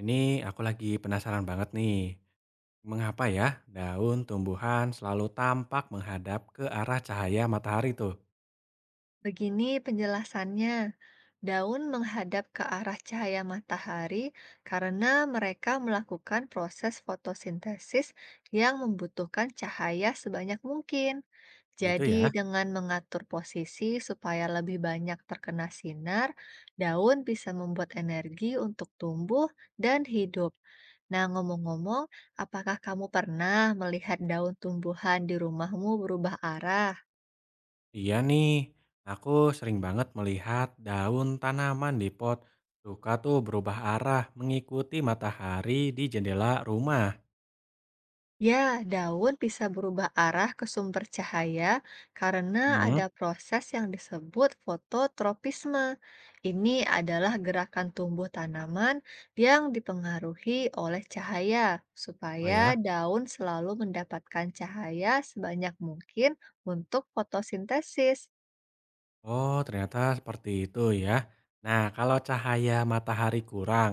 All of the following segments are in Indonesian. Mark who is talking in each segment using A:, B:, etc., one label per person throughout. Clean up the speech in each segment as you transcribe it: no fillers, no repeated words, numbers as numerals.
A: Ini aku lagi penasaran banget nih, mengapa ya daun tumbuhan selalu tampak menghadap ke arah cahaya matahari tuh?
B: Begini penjelasannya. Daun menghadap ke arah cahaya matahari karena mereka melakukan proses fotosintesis yang membutuhkan cahaya sebanyak mungkin.
A: Gitu ya?
B: Jadi, dengan mengatur posisi supaya lebih banyak terkena sinar, daun bisa membuat energi untuk tumbuh dan hidup. Nah, ngomong-ngomong, apakah kamu pernah melihat daun tumbuhan di rumahmu berubah arah?
A: Iya nih, aku sering banget melihat daun tanaman di pot suka tuh berubah arah mengikuti matahari di jendela rumah.
B: Ya, daun bisa berubah arah ke sumber cahaya karena
A: Hmm.
B: ada proses yang disebut fototropisme. Ini adalah gerakan tumbuh tanaman yang dipengaruhi oleh cahaya,
A: Oh
B: supaya
A: ya?
B: daun selalu mendapatkan cahaya sebanyak mungkin untuk fotosintesis.
A: Oh ternyata seperti itu ya. Nah kalau cahaya matahari kurang,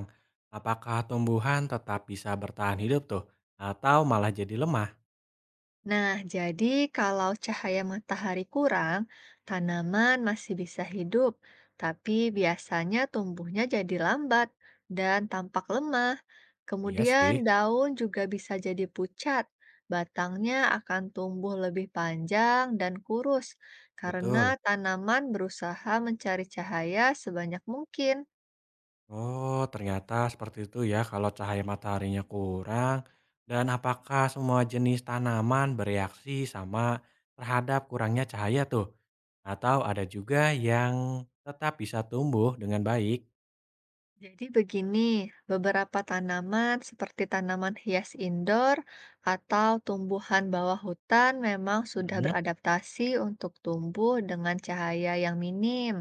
A: apakah tumbuhan tetap bisa bertahan hidup tuh? Atau malah jadi lemah?
B: Nah, jadi kalau cahaya matahari kurang, tanaman masih bisa hidup, tapi biasanya tumbuhnya jadi lambat dan tampak lemah.
A: Iya
B: Kemudian
A: sih,
B: daun juga bisa jadi pucat, batangnya akan tumbuh lebih panjang dan kurus karena
A: betul.
B: tanaman berusaha mencari cahaya sebanyak mungkin.
A: Oh, ternyata seperti itu ya kalau cahaya mataharinya kurang. Dan apakah semua jenis tanaman bereaksi sama terhadap kurangnya cahaya tuh? Atau ada juga yang tetap bisa tumbuh dengan baik?
B: Jadi begini, beberapa tanaman seperti tanaman hias indoor atau tumbuhan bawah hutan memang sudah
A: Mhm,
B: beradaptasi untuk tumbuh dengan cahaya yang minim.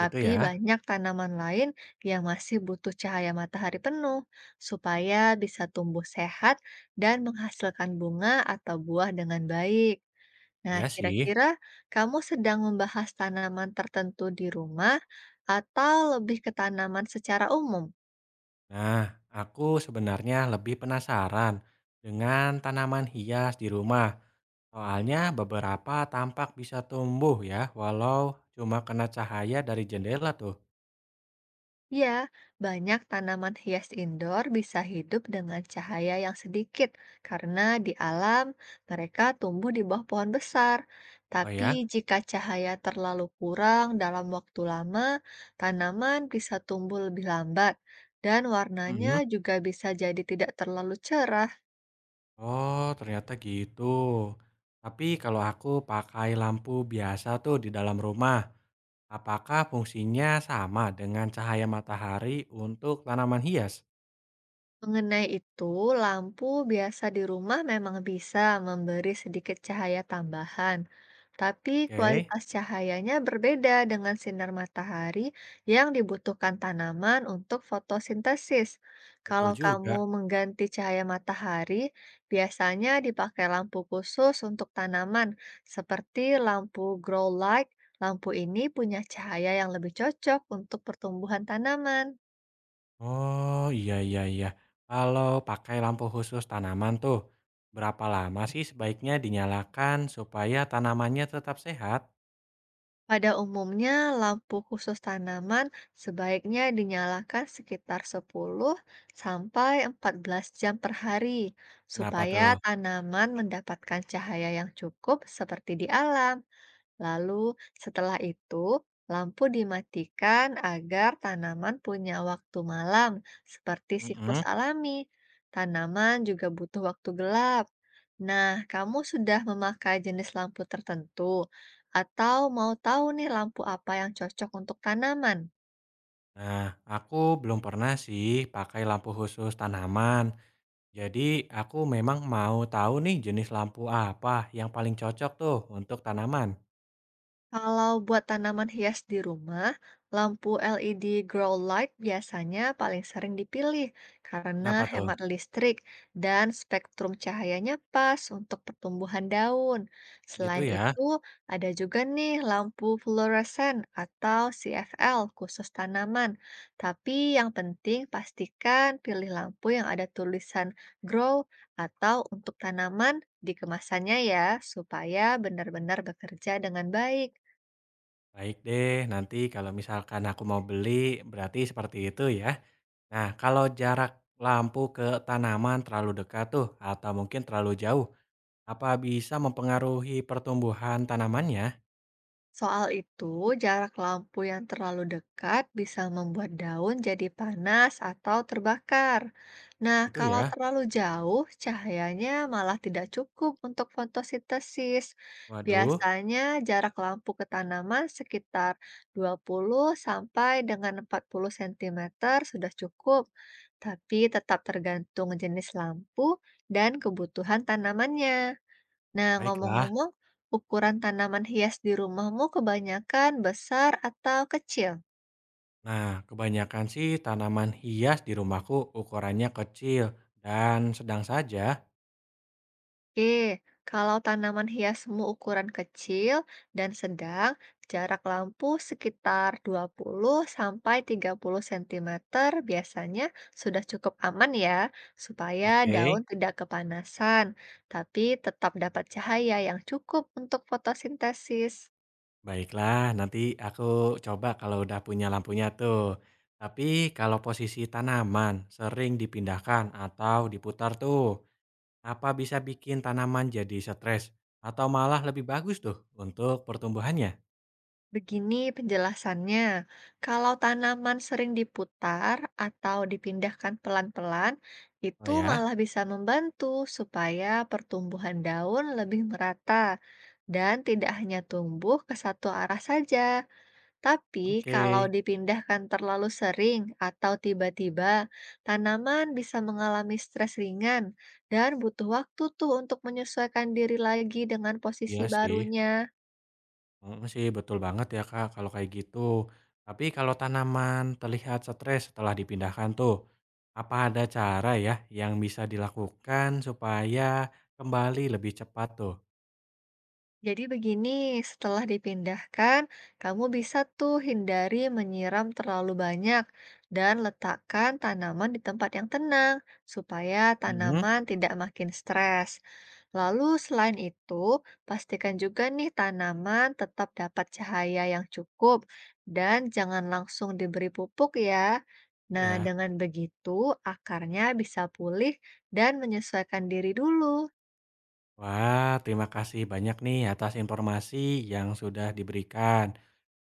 A: gitu ya.
B: banyak tanaman lain yang masih butuh cahaya matahari penuh supaya bisa tumbuh sehat dan menghasilkan bunga atau buah dengan baik. Nah,
A: Iya sih.
B: kira-kira kamu sedang membahas tanaman tertentu di rumah atau lebih ke tanaman secara umum?
A: Nah, aku sebenarnya lebih penasaran dengan tanaman hias di rumah. Soalnya beberapa tampak bisa tumbuh ya, walau cuma kena cahaya dari jendela tuh.
B: Ya, banyak tanaman hias indoor bisa hidup dengan cahaya yang sedikit karena di alam mereka tumbuh di bawah pohon besar.
A: Oh
B: Tapi
A: ya?
B: jika cahaya terlalu kurang dalam waktu lama, tanaman bisa tumbuh lebih lambat dan warnanya
A: Mhm.
B: juga bisa jadi tidak terlalu cerah.
A: Oh, ternyata gitu. Tapi kalau aku pakai lampu biasa tuh di dalam rumah, apakah fungsinya sama dengan cahaya matahari untuk tanaman hias?
B: Mengenai itu, lampu biasa di rumah memang bisa memberi sedikit cahaya tambahan, tapi
A: Oke,
B: kualitas cahayanya berbeda dengan sinar matahari yang dibutuhkan tanaman untuk fotosintesis.
A: betul
B: Kalau kamu
A: juga.
B: mengganti cahaya matahari, biasanya dipakai lampu khusus untuk tanaman, seperti lampu grow light. Lampu ini punya cahaya yang lebih cocok untuk pertumbuhan tanaman.
A: Oh, iya iya iya. Kalau pakai lampu khusus tanaman tuh, berapa lama sih sebaiknya dinyalakan supaya tanamannya tetap sehat?
B: Pada umumnya, lampu khusus tanaman sebaiknya dinyalakan sekitar 10 sampai 14 jam per hari,
A: Kenapa
B: supaya
A: tuh?
B: tanaman mendapatkan cahaya yang cukup seperti di alam. Lalu setelah itu, lampu dimatikan agar tanaman punya waktu malam, seperti siklus
A: Mm-mm.
B: alami. Tanaman juga butuh waktu gelap. Nah, kamu sudah memakai jenis lampu tertentu, atau mau tahu nih lampu apa yang cocok untuk tanaman?
A: Nah, aku belum pernah sih pakai lampu khusus tanaman. Jadi aku memang mau tahu nih jenis lampu apa yang paling cocok tuh untuk tanaman.
B: Kalau buat tanaman hias di rumah, lampu LED grow light biasanya paling sering dipilih karena
A: Kenapa tuh?
B: hemat listrik dan spektrum cahayanya pas untuk pertumbuhan daun.
A: Gitu
B: Selain
A: ya.
B: itu, ada juga nih lampu fluoresen atau CFL khusus tanaman. Tapi yang penting pastikan pilih lampu yang ada tulisan grow atau untuk tanaman di kemasannya ya, supaya benar-benar bekerja dengan baik.
A: Baik deh, nanti kalau misalkan aku mau beli, berarti seperti itu ya. Nah, kalau jarak lampu ke tanaman terlalu dekat tuh, atau mungkin terlalu jauh, apa bisa mempengaruhi pertumbuhan tanamannya?
B: Soal itu, jarak lampu yang terlalu dekat bisa membuat daun jadi panas atau terbakar. Nah,
A: Itu
B: kalau
A: ya.
B: terlalu jauh, cahayanya malah tidak cukup untuk fotosintesis.
A: Waduh,
B: Biasanya jarak lampu ke tanaman sekitar 20 sampai dengan 40 sentimeter sudah cukup, tapi tetap tergantung jenis lampu dan kebutuhan tanamannya. Nah,
A: baiklah.
B: ngomong-ngomong, ukuran tanaman hias di rumahmu kebanyakan besar atau kecil?
A: Nah, kebanyakan sih tanaman hias di rumahku ukurannya kecil dan sedang saja.
B: Oke, kalau tanaman hiasmu ukuran kecil dan sedang, jarak lampu sekitar 20 sampai 30 sentimeter biasanya sudah cukup aman ya, supaya
A: Oke.
B: daun tidak kepanasan, tapi tetap dapat cahaya yang cukup untuk fotosintesis.
A: Baiklah, nanti aku coba kalau udah punya lampunya tuh. Tapi kalau posisi tanaman sering dipindahkan atau diputar tuh, apa bisa bikin tanaman jadi stres atau malah lebih bagus tuh untuk pertumbuhannya?
B: Begini penjelasannya, kalau tanaman sering diputar atau dipindahkan pelan-pelan,
A: Oh
B: itu
A: ya,
B: malah bisa membantu supaya pertumbuhan daun lebih merata dan tidak hanya tumbuh ke satu arah saja. Tapi kalau
A: oke.
B: dipindahkan terlalu sering atau tiba-tiba, tanaman bisa mengalami stres ringan dan butuh waktu tuh untuk menyesuaikan diri lagi dengan
A: Iya
B: posisi
A: sih.
B: barunya.
A: Mm, sih betul banget ya Kak kalau kayak gitu. Tapi kalau tanaman terlihat stres setelah dipindahkan tuh, apa ada cara ya yang bisa dilakukan supaya kembali lebih cepat tuh?
B: Jadi begini, setelah dipindahkan, kamu bisa tuh hindari menyiram terlalu banyak dan letakkan tanaman di tempat yang tenang supaya
A: Mhm,
B: tanaman tidak makin stres. Lalu selain itu, pastikan juga nih tanaman tetap dapat cahaya yang cukup dan jangan langsung diberi pupuk ya. Nah,
A: iya.
B: dengan begitu akarnya bisa pulih dan menyesuaikan diri dulu.
A: Wah, terima kasih banyak nih atas informasi yang sudah diberikan.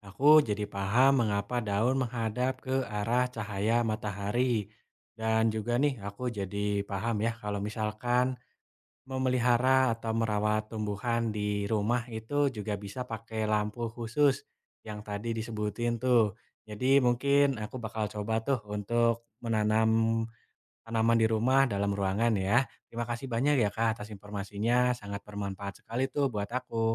A: Aku jadi paham mengapa daun menghadap ke arah cahaya matahari. Dan juga nih aku jadi paham ya kalau misalkan memelihara atau merawat tumbuhan di rumah itu juga bisa pakai lampu khusus yang tadi disebutin tuh. Jadi mungkin aku bakal coba tuh untuk menanam tanaman di rumah dalam ruangan ya. Terima kasih banyak ya Kak atas informasinya, sangat bermanfaat sekali tuh buat aku.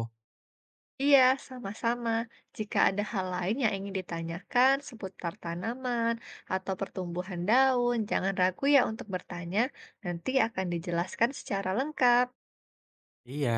B: Iya, sama-sama. Jika ada hal lain yang ingin ditanyakan seputar tanaman atau pertumbuhan daun, jangan ragu ya untuk bertanya. Nanti akan dijelaskan secara lengkap.
A: Iya.